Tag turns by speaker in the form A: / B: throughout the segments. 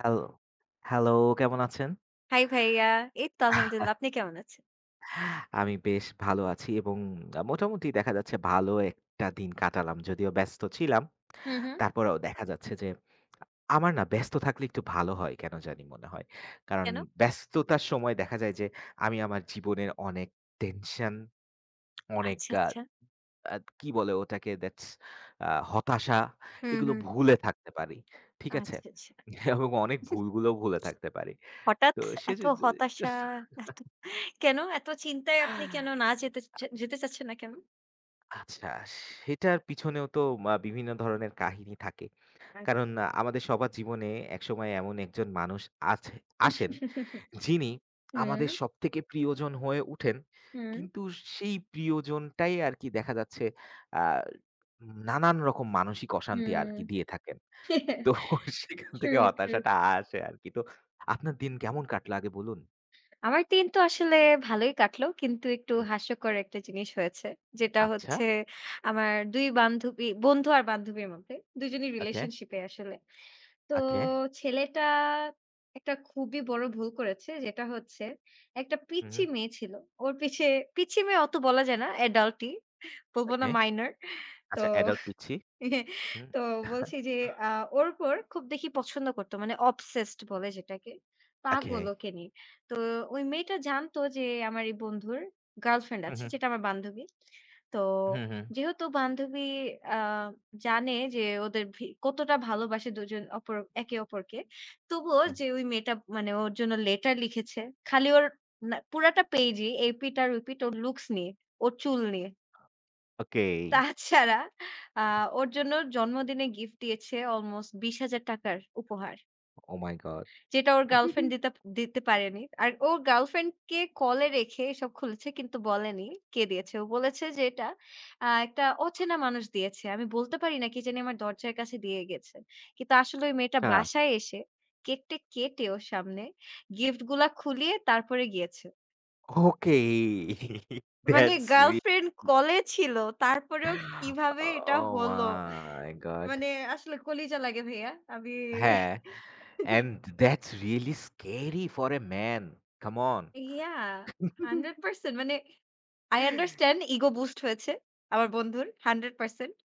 A: Hello, hello, কেমন আছেন?
B: High ভাইয়া। এই তো আলহামদুলিল্লাহ। আপনি কেমন আছেন?
A: আমি বেশ ভালো আছি এবং মোটামুটি দেখা যাচ্ছে ভালো একটা দিন কাটালাম। যদিও ব্যস্ত ছিলাম।
B: হুম, হুম।
A: তারপরেও দেখা যাচ্ছে যে আমার না ব্যস্ত থাকলে একটু ভালো হয় কেন জানি মনে হয়। কারণ
B: কেন?
A: ব্যস্ততার সময় দেখা যায় যে আমি আমার জীবনের অনেক টেনশন, অনেক
B: আচ্ছা,
A: আ
B: আচ্ছা।
A: আ কি বলে ওটাকে দ্যাটস হতাশা
B: হুম,
A: এগুলো
B: হুম।
A: ভুলে থাকতে পারি। ঠিক আছে?
B: আচ্ছা, আচ্ছা।
A: এবং অনেক ভুলগুলোও ভুলে থাকতে পারি।
B: হঠাৎ
A: তো
B: এত
A: সেজন্য
B: হতাশা, এত কেন? এত চিন্তায় আপনি কেন না যেতে চাচ্ছেন না কেন?
A: আচ্ছা, সেটার পিছনেও তো বিভিন্ন ধরনের কাহিনী থাকে। কারণ আমাদের সবার জীবনে একসময় এমন একজন মানুষ আছে আসেন,
B: আচ্ছা।
A: যিনি
B: হুম,
A: আমাদের সবথেকে প্রিয়জন হয়ে উঠেন।
B: হুম,
A: কিন্তু সেই প্রিয়জনটাই আরকি দেখা যাচ্ছে আ নানান রকম মানসিক অশান্তি
B: হুম।
A: আরকি দিয়ে থাকেন। তো সেখান
B: ট্রু,
A: থেকে
B: ট্রু।
A: হতাশাটা আসে আরকি। তো আপনার দিন কেমন কাটলো আগে বলুন?
B: আমার দিন তো আসলে ভালোই কাটলো। কিন্তু একটু
A: হুম,
B: হাস্যকর একটা জিনিস হয়েছে। যেটা
A: আচ্ছা,
B: হচ্ছে আমার ২ বন্ধু আর বান্ধবীর মধ্যে ২ জনই
A: ওকে,
B: রিলেশনশিপ এ আসলে। তো
A: ওকে,
B: ছেলেটা একটা খুবই বড় ভুল করেছে যেটা হচ্ছে একটা
A: হুম,
B: পিচ্চি মেয়ে ছিল। ওর পিছে পিচ্চি মেয়ে অত বলা যায় না অ্যাডাল্টই বলব না
A: ওকে।
B: মাইনর। তো
A: আচ্ছা, অ্যাডাল্ট পিচ্চি, হুম,
B: তো বলছি যে আ ওর উপর খুব দেখি পছন্দ করতো। মানে obsessed বলে যেটাকে।
A: ওকে।
B: পাগল ওকে নিয়ে। তো ওই মেয়েটা জানতো যে আমার এই বন্ধুর গার্লফ্রেন্ড আছে
A: হম
B: যেটা আমার বান্ধবী। তো
A: हम्म हम्म
B: যেহেতু বান্ধবী আ জানে যে ওদের ভি কতটা ভালোবাসে দুজন অপর একে অপরকে। তবুও যে ওই মেয়েটা মানে ওর জন্য লেটার লিখেছে। খালি ওর না পুরাটা পেইজই এপিঠ আর ওপিঠ ওর লুকস নিয়ে, ওর চুল নিয়ে।
A: okay
B: তাছাড়া আ ওর জন্য জন্মদিনে গিফট দিয়েছে অলমোস্ট ৳২০,০০০ র উপহার।
A: oh my god
B: যেটা ওর গার্লফ্রেন্ড দিতে দিতে পারেনি। আর ও গার্লফ্রেন্ডকে কলে রেখে এসব খুলেছে কিন্তু বলেনি কে দিয়েছে। ও বলেছে যে এটা একটা অচেনা মানুষ দিয়েছে। আমি বলতে পারি না কে জানি আমার দরজার কাছে দিয়ে গেছে। কিন্তু আসলে ওই মেয়েটা
A: चা
B: বাসায় এসে কেক-টেক কেটে ওর সামনে গিফট গুলা খুলিয়ে তারপরে গিয়েছে।
A: okay
B: মানে
A: that's it
B: গার্লফ্রেন্ড কলে ছিল তারপরেও কিভাবে এটা
A: oh
B: হলো?
A: my god
B: মানে আসলে কলিজা লাগে ভাইয়া। আমি
A: ह্যাঁ and that's really scary for a man, come on,
B: ইয়া 100% মানে I understand ইগো বুস্ট হয়েছে আমার বন্ধুর 100%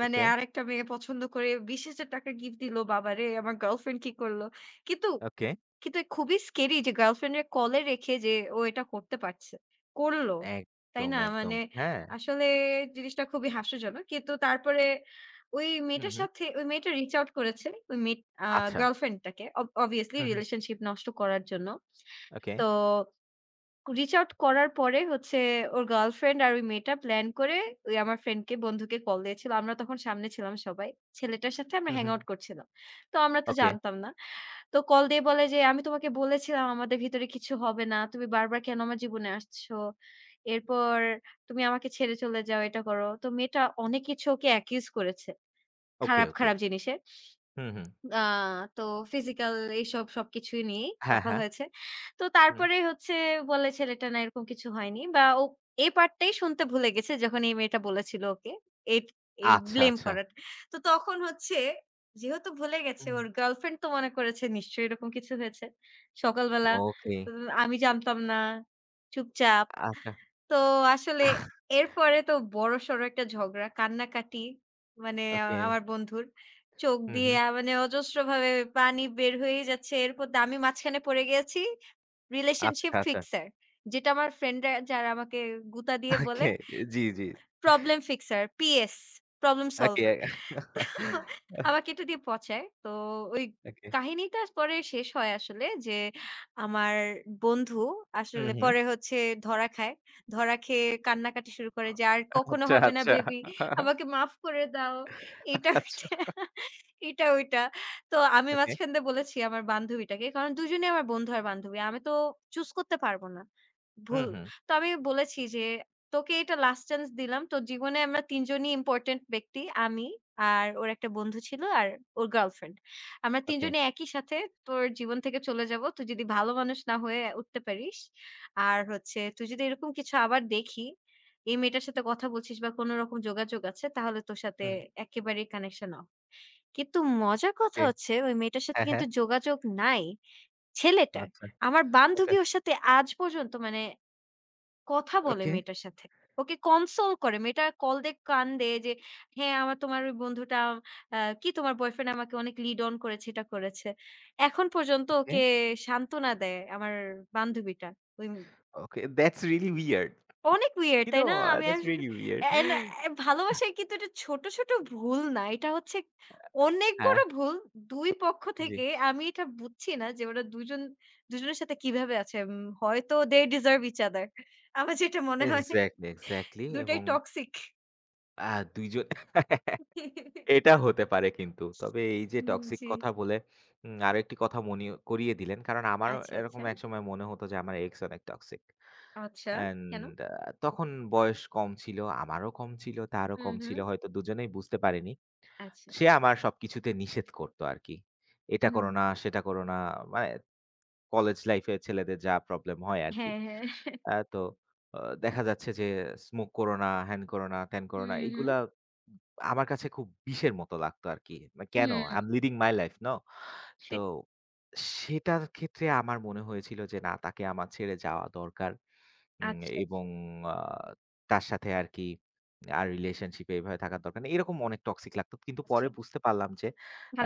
B: মানে
A: okay,
B: আরেকটা মেয়ে পছন্দ করে ৳২০,০০০ গিফট দিল। বাবারে! আমার গার্লফ্রেন্ড কি করল? কিন্তু
A: okay.
B: কিন্তু এ খুবই স্কেরি যে গার্লফ্রেন্ডের কলে রেখে যে ও এটা করতে পারছে। করলো।
A: এক
B: তাই না?
A: তমে এক তম
B: মানে
A: হ্যাঁ,
B: আসলে জিনিসটা খুবই হাস্যজনক। কিন্তু তারপরে
A: হুম, হুম,
B: ওই মেয়েটা রিচ আউট করেছে ওই মেয়ে আ
A: আচ্ছা,
B: গার্লফ্রেন্ডটাকে। Obviously রিলেশনশিপ নষ্ট করার জন্য। তো
A: okay,
B: রিচ আউট করার পরে হচ্ছে ওর গার্লফ্রেন্ড আর ওই মেয়েটা প্ল্যান করে ওই আমার বন্ধুকে কল দিয়েছিল। আমরা তখন সামনে ছিলাম সবাই। ছেলেটার সাথে আমরা হ্যাং আউট করছিলাম। তো আমরা তো
A: okay,
B: জানতাম না। তো কল দিয়ে বলে যে, "আমি তোমাকে বলেছিলাম আমাদের ভিতরে কিছু হবে না। তুমি বারবার কেন আমার জীবনে আসছো? এরপর তুমি আমাকে ছেড়ে চলে যাও, এটা করো।" তো মেয়েটা অনেক কিছু ওকে অ্যাকিউজ করেছে।
A: okay,
B: খারাপ,
A: okay,
B: খারাপ জিনিসে। আ তো ফিজিক্যাল এইসব সবকিছুই নিয়েই
A: হ্যাঁ,
B: কথা
A: হ্যাঁ,
B: হয়েছে। তো
A: হুম,
B: তারপরে হচ্ছে বলে ছেলেটা না এরকম কিছু হয়নি বা ও এই পার্টটাই শুনতে ভুলে গেছে যখন এই মেয়েটা বলেছিল ওকে। এই এই
A: আচ্ছা,
B: ব্লেম
A: আচ্ছা,
B: করাটা। তো তখন হচ্ছে যেহেতু ভুলে গেছে ওর গার্লফ্রেন্ড তো মনে করেছে নিশ্চয়ই এরকম কিছু হয়েছে। সকালবেলা উ
A: okay,
B: আমি জানতাম না, চুপচাপ।
A: আচ্ছা,
B: তো আসলে এরপরে তো বড়সড় একটা ঝগড়া, কান্নাকাটি মানে
A: okay,
B: আমার বন্ধুর। চোখ দিয়ে মানে অজস্রভাবে পানি বের হয়েই যাচ্ছে। এরপর আমি মাঝখানে পড়ে গেছি রিলেশনশিপ
A: আচ্ছা, আচ্ছা।
B: ফিক্সার। যেটা আমার ফ্রেন্ডরা যারা আমাকে গুতা দিয়ে বলে
A: ওকে, জি, জি।
B: Problem fixer, PS, problem
A: okay,
B: solver. আমাকে এটা দিয়ে পচায়। তো ওই
A: ওকে।
B: কাহিনীটা পরে শেষ হয় আসলে যে, আমার বন্ধু
A: হুম,
B: আসলে
A: হুম।
B: পরে হচ্ছে ধরা খায়। ধরা খেয়ে কান্নাকাটি শুরু করে যে, "আর কখনো
A: আচ্ছা,
B: হবে না
A: আচ্ছা।
B: বেবি, আমাকে মাফ করে দাও।" এটা
A: আচ্ছা,
B: ওইটা, এটা ওইটা। তো আমি
A: ওকে।
B: মাঝখান দিয়ে বলেছি আমার বান্ধবীটাকে। কারণ দুজনেই আমার বন্ধু আর বান্ধবী। আমি তো চুজ করতে পারব না।
A: হুম,
B: ভুল।
A: হুম।
B: তো আমি বলেছি যে তোকে এটা লাস্ট চান্স দিলাম। তোর জীবনে আমরা ৩ জনই ইম্পোর্টেন্ট ব্যক্তি। আমি আর ওর একটা বন্ধু ছিল আর ওর গার্লফ্রেন্ড। আমরা ৩
A: ওকে।
B: জনই একই সাথে তোর জীবন থেকে চলে যাব। তুই যদি ভালো মানুষ না হয়ে উঠতে পারিস, আর হচ্ছে তুই যদি এরকম কিছু আবার দেখি, এই মেয়েটার সাথে কথা বলছিস বা কোন রকম যোগাযোগ আছে তাহলে তোর সাথে
A: হুম।
B: একেবারেই কানেকশন অফ। কিন্তু মজার কথা
A: ওকে।
B: হচ্ছে ওই মেয়েটার সাথে
A: হ্যাঁ, হ্যাঁ।
B: কিন্তু যোগাযোগ নাই ছেলেটার।
A: আচ্ছা।
B: আমার
A: ওকে,
B: বান্ধবী ওর সাথে আজ পর্যন্ত মানে কথা বলে
A: ওকে,
B: মেয়েটার সাথে। ওকে কনসোল করে। মেয়েটা কল দিয়ে কান্দে যে, "হ্যাঁ, আমার তোমার ওই বন্ধুটা কি তোমার বয়ফ্রেন্ড আমাকে অনেক লিড অন করেছে, এটা করেছে।" এখন পর্যন্ত
A: ওকে,
B: ওকে সান্ত্বনা দেয় আমার বান্ধবীটা। ওই
A: ওকে। That's really weird.
B: অনেক weird তাই না? আমি
A: That's
B: আসলে
A: really weird.
B: এন্ড এ ভালোবাসায় কিন্তু এটা ছোট, ছোট ভুল না। এটা হচ্ছে অনেক
A: হ্যাঁ,
B: বড় ভুল। ২ পক্ষ
A: জি।
B: থেকে আমি এটা বুঝছি না যে ওরা দুজন দুজনের সাথে কিভাবে আছে। উম হয়তো they deserve each other। আমার যেটা মনে হয়।
A: এক্সাক্টলি, এক্সাক্টলি,
B: দুটাই
A: এবং
B: টক্সিক।
A: আ ২ জন এটা হতে পারে কিন্তু। তবে এই যে
B: উম
A: টক্সিক
B: জি।
A: কথা বলে আরেকটি কথা মনি করিয়ে দিলেন। কারণ আমারও
B: আচ্ছা,
A: এরকম
B: আচ্ছা।
A: একসময় মনে হতো যে আমার এক্স অনেক টক্সিক।
B: আচ্ছা, কেন?
A: অ্যান্ড তখন বয়স কম ছিল, আমারও কম ছিল, তারও
B: হুম,
A: কম
B: হুম।
A: ছিল। হয়তো দুজনেই বুঝতে পারিনি।
B: আচ্ছা।
A: সে আমার সবকিছুতে নিষেধ করতো আরকি। এটা
B: হুম।
A: করো না, সেটা করো না। মানে কলেজ লাইফে ছেলেদের যা প্রবলেম হয় আরকি।
B: হ্যাঁ, হ্যাঁ।
A: তো আ দেখা যাচ্ছে যে স্মোক করো না, হ্যান করো না, ত্যান করো না।
B: হুম, হুম।
A: এইগুলা আমার কাছে খুব বিষের মতো লাগতো আরকি। মানে কেন? I
B: hmm,
A: am leading my life, no? তো
B: সেটা।
A: সেটার ক্ষেত্রে আমার মনে হয়েছিল যে না তাকে আমার ছেড়ে যাওয়া দরকার। উম
B: আচ্ছা,
A: এবং
B: আচ্ছা,
A: আ তার সাথে আরকি আর রিলেশনশিপ এ এভাবে থাকার দরকার নেই। এরকম অনেক টক্সিক লাগতো। কিন্তু পরে
B: আচ্ছা।
A: বুঝতে পারলাম যে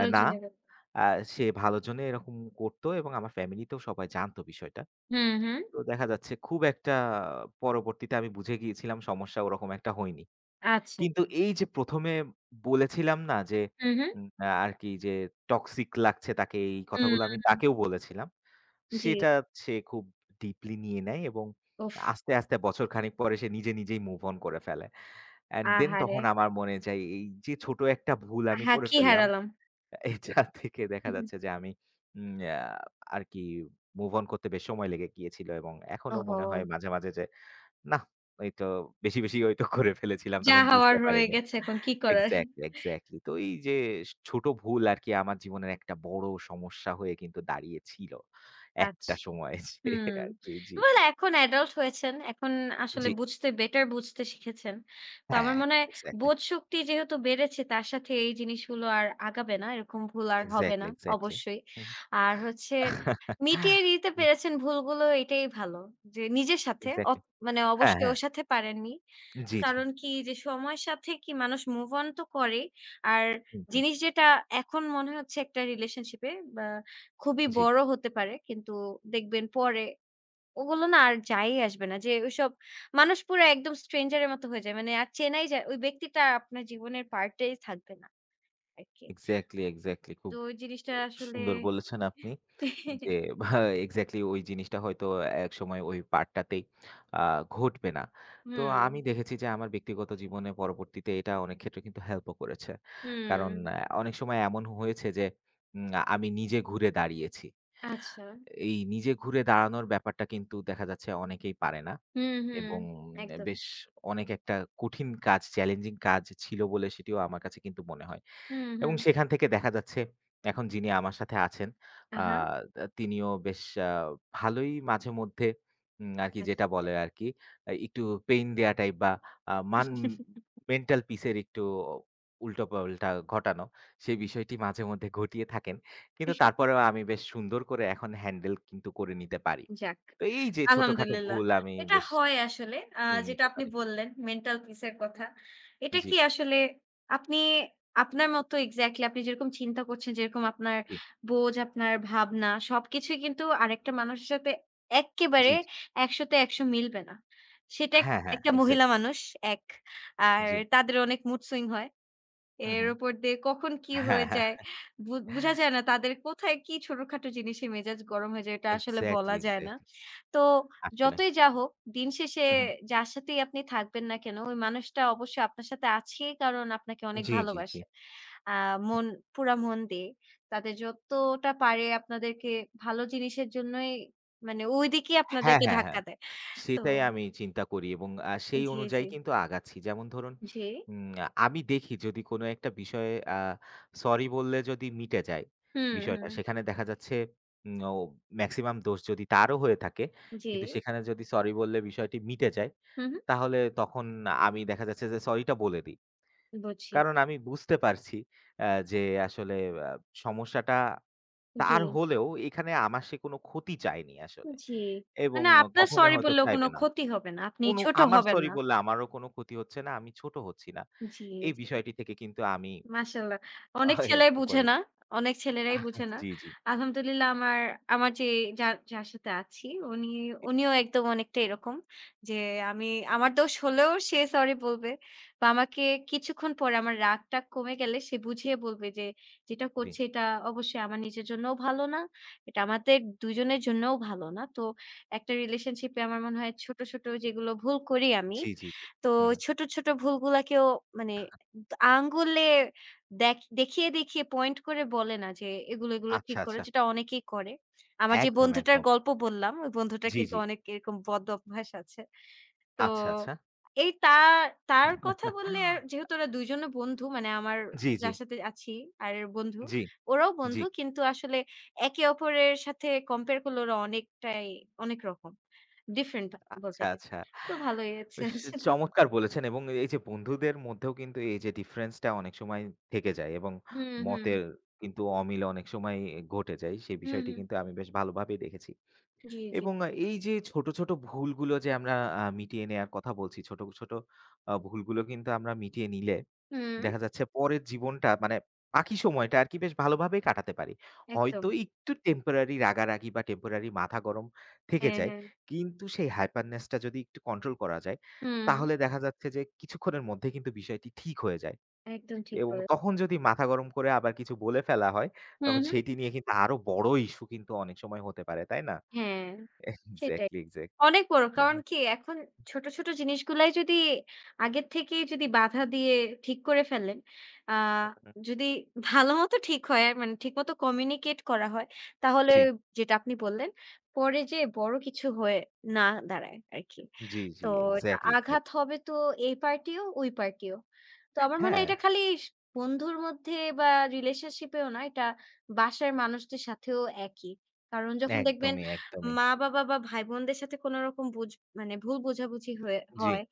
A: আ না
B: জন্যই বলব।
A: আ সে ভালোর জন্য এরকম করতো এবং আমার ফ্যামিলিতেও সবাই জানতো বিষয়টা।
B: হুম, হুম।
A: তো দেখা যাচ্ছে খুব একটা পরবর্তীতে আমি বুঝে গিয়েছিলাম সমস্যা ওরকম একটা হয়নি।
B: আচ্ছা।
A: কিন্তু এই যে ১ম এ বলেছিলাম না যে
B: হুম, হুম।
A: উম আ আরকি যে টক্সিক লাগছে তাকে এই কথাগুলো আমি
B: হুম,
A: তাকেও বলেছিলাম।
B: জি।
A: সেটা সে খুব ডিপলি নিয়ে নেয় এবং
B: উফ!
A: আস্তে, আস্তে বছর খানেক পরে সে নিজে নিজেই মুভ অন করে ফেলে। অ্যান্ড দেন
B: আহারে!
A: তখন আমার মনে যায় এই যে ছোট একটা ভুল আমি
B: আহা!
A: করে
B: কি
A: ফেললাম
B: হারালাম।
A: এটা থেকে দেখা
B: হুম, হুম।
A: যাচ্ছে যে আমি উম আ আরকি মুভ অন করতে বেশ সময় লেগে গিয়েছিল এবং এখনো
B: ওহো!
A: মনে হয় মাঝে, মাঝে যে নাহ, এইতো বেশি, বেশি হয়তো করে ফেলেছিলাম
B: যা
A: তখন
B: হওয়ার
A: বুঝতে
B: হয়ে
A: পারিনি।
B: গেছে এখন কি করার?
A: Exactly, exactly. তো এই যে ছোট ভুল আরকি আমার জীবনের একটা বড় সমস্যা হয়ে কিন্তু দাঁড়িয়েছিল।
B: আচ্ছা।
A: একটা সময় যে
B: হুম।
A: আরকি জি,
B: ওয়েল এখন অ্যাডাল্ট হয়েছেন। এখন আসলে
A: জি।
B: বুঝতে বেটার বুঝতে শিখেছেন। তো আমার
A: হ্যাঁ,
B: মনে হয়
A: এক্সাক্টলি,
B: বোধ শক্তি যেহেতু বেড়েছে তার সাথে এই জিনিসগুলো আর আগাবে না। এরকম ভুল আর হবে
A: এক্সাক্টলি,
B: না
A: এক্সাক্টলি।
B: অবশ্যই।
A: হুম।
B: আর হচ্ছে
A: এক্সাক্টলি।
B: মিটিয়ে নিতে পেরেছেন ভুলগুলো এটাই ভালো। যে নিজের সাথে অত মানে
A: হ্যাঁ,
B: অবশ্যই
A: হ্যাঁ।
B: ওর সাথে পারেননি।
A: জি, জি।
B: কারণ কি যে সময়ের সাথে কি মানুষ মুভ অন তো করেই। আর
A: হুম, হুম।
B: জিনিস যেটা এখন মনে হচ্ছে একটা রিলেশনশিপ এ বা খুবই
A: জি।
B: বড় হতে পারে। কিন্তু দেখবেন পরে ওগুলো না আর যাই আসবে না। যে ওইসব মানুষ পুরা একদম স্ট্রেঞ্জার এর মতো হয়ে যায়। মানে আর চেনাই যায় ওই ব্যক্তিটা আর আপনার জীবনের পার্ট এই থাকবে না আরকি।
A: Exactly, exactly. খুব
B: তো ওই জিনিসটা আসলে
A: সুন্দর বলেছেন আপনি। যে ভা এক্সাক্টলি ওই জিনিসটা হয়তো একসময় ওই পার্টটাতেই আ ঘটবে না। তো
B: হুম,
A: আমি দেখেছি যে আমার ব্যক্তিগত জীবনে পরবর্তীতে এটা অনেক ক্ষেত্রে কিন্তু হেল্পও করেছে। কারণ
B: হুম।
A: অনেক সময় এমন হয়েছে যে উম আমি নিজে ঘুরে দাঁড়িয়েছি।
B: আচ্ছা।
A: এই নিজে ঘুরে দাঁড়ানোর ব্যাপারটা কিন্তু দেখা যাচ্ছে অনেকেই পারে না।
B: হুম, হুম।
A: এবং এ
B: একদম।
A: বেশ অনেক একটা কঠিন কাজ, চ্যালেঞ্জিং কাজ ছিল বলে সেটিও আমার কাছে কিন্তু মনে হয়।
B: হুম,
A: এবং
B: হুম।
A: সেখান থেকে দেখা যাচ্ছে এখন যিনি আমার সাথে আছেন আ
B: আহা!
A: তা তিনিও বেশ আ ভালোই মাঝেমধ্যে আরকি
B: আচ্ছা,
A: যেটা
B: আচ্ছা।
A: বলে আরকি একটু পেইন দেয়া টাইপ বা আ মান মেন্টাল পিসের একটু উল্টোপাল্টা ঘটানো, সেই বিষয়টি মাঝেমধ্যে ঘটিয়ে থাকেন। কিন্তু তারপরেও আমি বেশ সুন্দর করে এখন হ্যান্ডেল কিন্তু করে নিতে পারি।
B: যাক,
A: তো এই যে ছোটখাটো
B: আলহামদুলিল্লাহ।
A: ভুল আমি
B: এটা
A: বেশ
B: হয় আসলে।
A: নিয়ে
B: যেটা
A: নিতে
B: আপনি
A: পারি।
B: বললেন মেন্টাল পিস এর কথা। এটা
A: জি,
B: কি আসলে আপনি আপনার মতো এক্সাক্টলি আপনি যেরকম চিন্তা করছেন, যেরকম আপনার
A: জি,
B: বোঝ, আপনার ভাবনা সবকিছুই কিন্তু আরেকটা মানুষের সাথে
A: জি,
B: এক্কেবারে
A: জি।
B: ১০০ তে ১০০ মিলবে না। সেটা এক
A: হ্যাঁ, হ্যাঁ,
B: একটা মহিলা
A: এক্সাক্টলি।
B: মানুষ, এক। আর
A: জি।
B: তাদের অনেক মুড সুইং হয়।
A: হুম,
B: এর
A: হুম।
B: উপর দিয়ে কখন কি
A: হ্যাঁ,
B: হয়ে
A: হ্যাঁ।
B: যায় বুঝা যায় না তাদের কোথায় কি ছোটখাটো জিনিসে মেজাজ গরম হয়ে যায় এটা আসলে
A: এক্সাক্টলি,
B: বলা যায়
A: এক্সাক্টলি।
B: না। তো
A: আসলে।
B: যতই যা হোক দিন শেষে
A: হুম, হুম।
B: যার সাথেই আপনি থাকবেন না কেন ওই মানুষটা অবশ্যই আপনার সাথে আছেই কারণ আপনাকে অনেক
A: জি, জি, জি।
B: ভালোবাসে। আ মন পুরা মন দিয়ে তাদের যতটা পারে আপনাদেরকে ভালো জিনিসের জন্যই মানে ওইদিকেই
A: হ্যাঁ,
B: আপনাদেরকে
A: হ্যাঁ, হ্যাঁ।
B: ধাক্কা দেয়। তো
A: সেটাই আমি চিন্তা করি এবং সেই
B: জি,
A: অনুযায়ী
B: জি,
A: কিন্তু আগাচ্ছি। যেমন ধরুন
B: জি।
A: উম আমি দেখি যদি কোনো একটা বিষয়ে সরি বললে যদি মিটে যায়
B: হুম,
A: বিষয়টা,
B: হুম।
A: সেখানে দেখা যাচ্ছে উম ও মেক্সিমাম দোষ যদি তারও হয়ে থাকে,
B: জি।
A: কিন্তু সেখানে যদি সরি বললে বিষয়টি মিটে যায়,
B: হু, হু।
A: তাহলে তখন আমি দেখা যাচ্ছে যে সরিটা বলে দিই।
B: বুঝি।
A: কারণ আমি বুঝতে পারছি আ যে আসলে আ সমস্যাটা
B: জি।
A: তার হলেও এখানে আমার সে কোনো ক্ষতি চায়নি আসলে।
B: জি।
A: এবং
B: মানে আপনার
A: কখনোই
B: সরি
A: হয়তো
B: বললেও কোন
A: চাইবে না।
B: ক্ষতি হবে না। আপনি
A: কোনো
B: ছোট
A: আমার
B: হবেন
A: সরি
B: না।
A: বললে আমারও কোনো ক্ষতি হচ্ছে না। আমি ছোট হচ্ছি না।
B: জি,
A: এই
B: জি।
A: বিষয়টি থেকে কিন্তু আমি
B: মাশাআল্লাহ।
A: আহ,
B: অনেক ছেলেই
A: এরকম
B: বুঝে না।
A: করেছি।
B: অনেক ছেলেরাই বুঝে না।
A: জি, জি,
B: আলহামদুলিল্লাহ আমার, আমার যে যার, যার সাথে আছি উনি, উনিও একদম অনেকটা এরকম। যে আমি আমার দোষ হলেও সে সরি বলবে। বা আমাকে কিছুক্ষণ পরে আমার রাগটা কমে গেলে সে বুঝিয়ে বলবে যে, "যেটা
A: জি,
B: করছি এটা অবশ্যই আমার নিজের জন্যও ভালো না। এটা আমাদের দুজনের জন্যও ভালো না।" তো একটা রিলেশনশিপে আমার মনে হয় ছোট, ছোট যেগুলো ভুল করি আমি
A: জি, জি, জি।
B: তো
A: হুম, হুম।
B: ছোট, ছোট ভুলগুলাকেও মানে আঙ্গুলে দেখিয়ে, দেখিয়ে পয়েন্ট করে বলে না যে এগুলো, এগুলো
A: আচ্ছা,
B: ঠিক করো
A: আচ্ছা।
B: যেটা অনেকেই করে। আমার যে
A: একদম,
B: বন্ধুটার
A: একদম।
B: গল্প বললাম, ওই বন্ধুটার
A: জি,
B: কিন্তু
A: জি।
B: অনেক এরকম বদ অভ্যাস আছে। তো
A: আচ্ছা, আচ্ছা।
B: এই তার তার কথা বললে যেহেতু ওরা ২ জনও বন্ধু মানে আমার
A: জি, জি,
B: যার সাথে আছি আর এর বন্ধু,
A: জি,
B: ওরাও
A: জি।
B: বন্ধু কিন্তু আসলে একে অপরের সাথে কম্পেয়ার করলে ওরা অনেকটাই অনেক রকম। ডিফারেন্ট বলতে
A: আচ্ছা,
B: গেলে।
A: আচ্ছা।
B: তো ভালোই আছে
A: বেশ
B: আসলে।
A: চমৎকার বলেছেন এবং এই যে বন্ধুদের মধ্যেও কিন্তু এই যে ডিফারেন্স টা অনেক সময় থেকে যায় এবং
B: হুম, হুম।
A: মতের কিন্তু অমিল অনেক সময় ঘটে যায়। সেই
B: হুম,
A: বিষয়টি
B: হুম।
A: কিন্তু আমি বেশ ভালোভাবেই দেখেছি।
B: জি, জি।
A: এবং এই যে ছোট, ছোট ভুলগুলো যে আমরা মিটিয়ে নেয়ার কথা বলছি, ছোট, ছোট ভুলগুলো কিন্তু আমরা মিটিয়ে নিলে
B: হুম,
A: দেখা যাচ্ছে পরের জীবনটা মানে বাকি সময়টা আরকি বেশ ভালোভাবেই কাটাতে পারি।
B: একদম।
A: হয়তো একটু টেম্পোরারি রাগারাগি বা টেম্পোরারি মাথা গরম থেকে
B: হ্যাঁ,
A: যায়।
B: হ্যাঁ।
A: কিন্তু সেই হাইপারনেস টা যদি একটু কন্ট্রোল করা যায়,
B: হুম,
A: তাহলে দেখা যাচ্ছে যে কিছুক্ষণের মধ্যে কিন্তু বিষয়টি ঠিক হয়ে যায়।
B: একদম ঠিক
A: এবং
B: বলে
A: তখন যদি মাথা গরম করে আবার কিছু বলে ফেলা হয়,
B: হুম,
A: তখন
B: হুম।
A: সেটি নিয়ে কিন্তু আরো বড় ইস্যু কিন্তু অনেক সময় হতে পারে, তাই না?
B: হ্যাঁ, সেটাই।
A: Exactly, exactly.
B: অনেক বড়।
A: হু, হু,
B: কারণ কি এখন ছোট, ছোট জিনিসগুলাই যদি আগের থেকেই যদি বাধা দিয়ে ঠিক করে ফেলেন, আ
A: হু।
B: যদি ভালোমতো ঠিক হয়, মানে ঠিকমতো কমিউনিকেট করা হয়, তাহলে
A: জি,
B: যেটা আপনি বললেন, পরে যেয়ে বড় কিছু হয়ে না দাঁড়ায় আরকি।
A: জি,
B: তো
A: জি।
B: এটা
A: এক্সাক্টলি,
B: আঘাত
A: এক্সাক্টলি।
B: হবে তো এই পার্টিও ওই পার্টিও। তো আমার মনে হয়
A: হ্যাঁ,
B: এটা খালি স বন্ধুর মধ্যে বা রিলেশনশিপেও না, এটা বাসার মানুষদের সাথেও একই। কারণ যখন দেখবেন
A: একদমই, একদমই।
B: মা-বাবা বা ভাই-বোনদের সাথে কোন রকম বুঝ মানে ভুল বোঝাবুঝি হয়ে
A: জি।
B: হয়।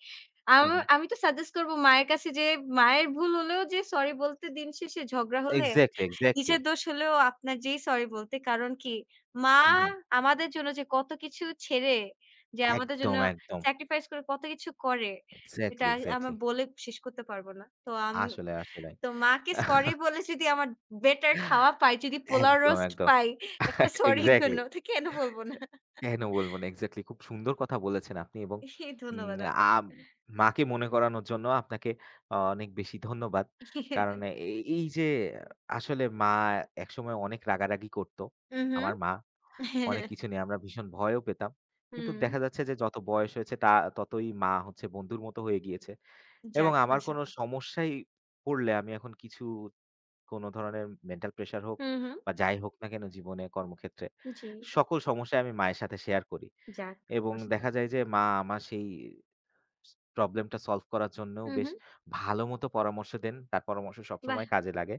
A: হু, হু।
B: আমি তো সাজেস্ট করব মায়ের কাছে যে মায়ের ভুল হলেও যে সরি বলতে দিন শেষে ঝগড়া হলে,
A: এক্সাক্টলি, এক্সাক্টলি।
B: নিজের দোষ হলেও আপনার যেই সরি বলতে। কারণ কি মা
A: হুম, হুম।
B: আমাদের জন্য যে কত কিছু ছেড়ে যে আমাদের জন্য
A: একদম, একদম।
B: স্যাক্রিফাইস করে কত কিছু করে। এটা
A: এক্সাক্টলি,
B: আমরা
A: এক্সাক্টলি।
B: বলে শেষ করতে পারবো না। তো আমি
A: আসলে, আসলে।
B: তো মাকে সরি বলে যদি আমার বেটার খাওয়া পাই, যদি পোলাও
A: একদম,
B: রোস্ট
A: একদম।
B: পাই একটা সরির
A: এক্সাক্টলি।
B: জন্য তো কেন বলবো না?
A: কেন বলব না? এক্সাক্টলি খুব সুন্দর কথা বলেছেন আপনি এবং উম
B: ধন্যবাদ আপনাকে।
A: আম মাকে মনে করানোর জন্য আপনাকে অনেক বেশি ধন্যবাদ। কারণ এই এই যে আসলে মা একসময় অনেক রাগারাগি করত।
B: হু, হু।
A: আমার মা অনেক কিছু নিয়ে আমরা ভীষণ ভয়ও পেতাম। কিন্তু
B: হুম।
A: দেখা যাচ্ছে যে যত বয়স হয়েছে ততই মা হচ্ছে বন্ধুর মতো হয়ে গিয়েছে। এবং
B: যাক
A: আমার কোনো
B: মাশাআল্লাহ।
A: সমস্যায় পড়লে আমি এখন কিছু কোনো ধরনের মেন্টাল প্রেশার হোক
B: হু, হু।
A: বা যাই হোক না কেন জীবনে কর্মক্ষেত্রে,
B: জি।
A: সকল সমস্যায় আমি মায়ের সাথে শেয়ার করি।
B: যাক।
A: এবং
B: মাশাআল্লাহ।
A: দেখা যায় যে মা আমার সেই প্রবলেমটা সলভ করার জন্যও
B: হু,
A: বেশ
B: হু।
A: ভালোমতো পরামর্শ দেন। তার পরামর্শ
B: বাহ!
A: সবসময় কাজে লাগে।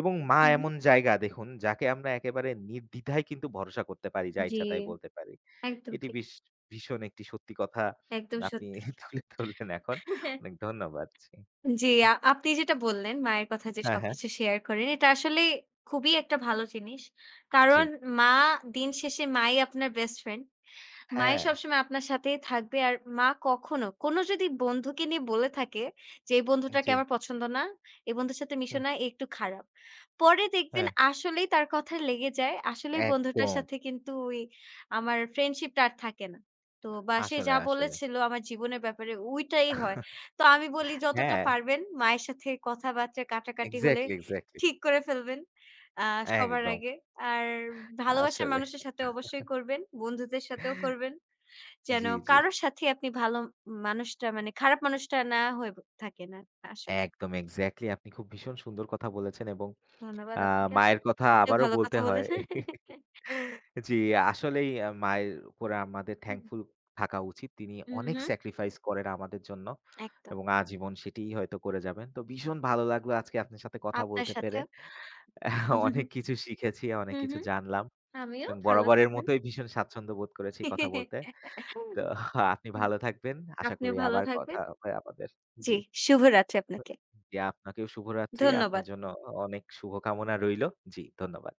A: এবং মা
B: হু, হু।
A: এমন জায়গা দেখুন যাকে আমরা একেবারে নির্দ্বিধায় কিন্তু ভরসা করতে পারি, যা
B: জি।
A: ইচ্ছা তাই বলতে পারি।
B: একদম
A: এটি
B: ঠিক।
A: বিশ ভীষণ একটি সত্যি কথা
B: একদম
A: আপনি
B: সত্যি।
A: তুলে ধরলেন এখন। অনেক ধন্যবাদ। জি।
B: জি, আপনি যেটা বললেন, মায়ের কথা যে
A: হ্যাঁ, হ্যাঁ।
B: সবকিছু শেয়ার করেন, এটা আসলে খুবই একটা ভালো জিনিস।
A: জি।
B: কারণ মা দিন শেষে মাই আপনার বেস্ট ফ্রেন্ড। মাই
A: হ্যাঁ,
B: সবসময় আপনার সাথেই থাকবে। আর মা কখনো কোনো যদি বন্ধুকে নিয়ে বলে থাকে যে, "এই
A: জি।
B: বন্ধুটাকে আমার পছন্দ না, এই বন্ধুর সাথে মিশো
A: হুম,
B: না, এ একটু খারাপ।" পরে দেখবেন
A: হ্যাঁ।
B: আসলেই তার কথা লেগে যায়। আসলেই বন্ধুটার
A: একদম।
B: সাথে কিন্তু ওই আমার ফ্রেন্ডশিপটা আর থাকে না। তো বা সে
A: আসলে,
B: যা
A: আসলে।
B: বলেছিল আমার জীবনের ব্যাপারে ওইটাই হয়। তো আমি বলি যতটা
A: হ্যাঁ,
B: পারবেন মায়ের সাথে কথাবার্তা কাটাকাটি হলে
A: এক্সাক্টলি, এক্সাক্টলি।
B: ঠিক করে ফেলবেন আ সবার
A: একদম।
B: আগে। আর ভালোবাসার
A: আসলে।
B: মানুষের সাথে অবশ্যই করবেন, বন্ধুদের সাথেও করবেন। যেন
A: জি, জি।
B: কারো সাথে আপনি ভালো মানুষটা মানে খারাপ মানুষটা না হয়ে থাকেন আর আসলে।
A: একদম এক্সাক্টলি আপনি খুব ভীষণ সুন্দর কথা বলেছেন এবং
B: ধন্যবাদ
A: আ
B: আপনাকে।
A: মায়ের কথা
B: আপনিও
A: আবারও
B: ভালো
A: বলতে
B: কথা
A: হয়।
B: বলেন।
A: জি, আসলেই মায়ের উপরে আমাদের thankful থাকা উচিত। তিনি
B: হুম,
A: অনেক
B: হুম,
A: স্যাক্রিফাইস করেন আমাদের জন্য
B: একদম।
A: এবং আজীবন সেটিই হয়তো করে যাবেন। তো ভীষণ ভালো লাগলো আজকে আপনার সাথে কথা
B: আপনার
A: বলতে পেরে।
B: সাথেও।
A: অনেক কিছু শিখেছি, অনেক
B: হুম,
A: কিছু
B: হুম।
A: জানলাম।
B: আমিও
A: এবং
B: ভালো
A: বরাবরের
B: থাকবেন।
A: মতোই ভীষণ স্বাচ্ছন্দ্য বোধ করেছি কথা বলতে।
B: হুম,
A: তো আপনি ভালো থাকবেন। আশা
B: আপনিও
A: করি
B: ভালো
A: আবার কথা
B: থাকবেন।
A: হবে আমাদের।
B: জি,
A: জি।
B: শুভরাত্রি আপনাকে।
A: জি, আপনাকেও শুভরাত্রি। আপনার
B: ধন্যবাদ।
A: জন্য অনেক শুভকামনা রইলো। জি, ধন্যবাদ।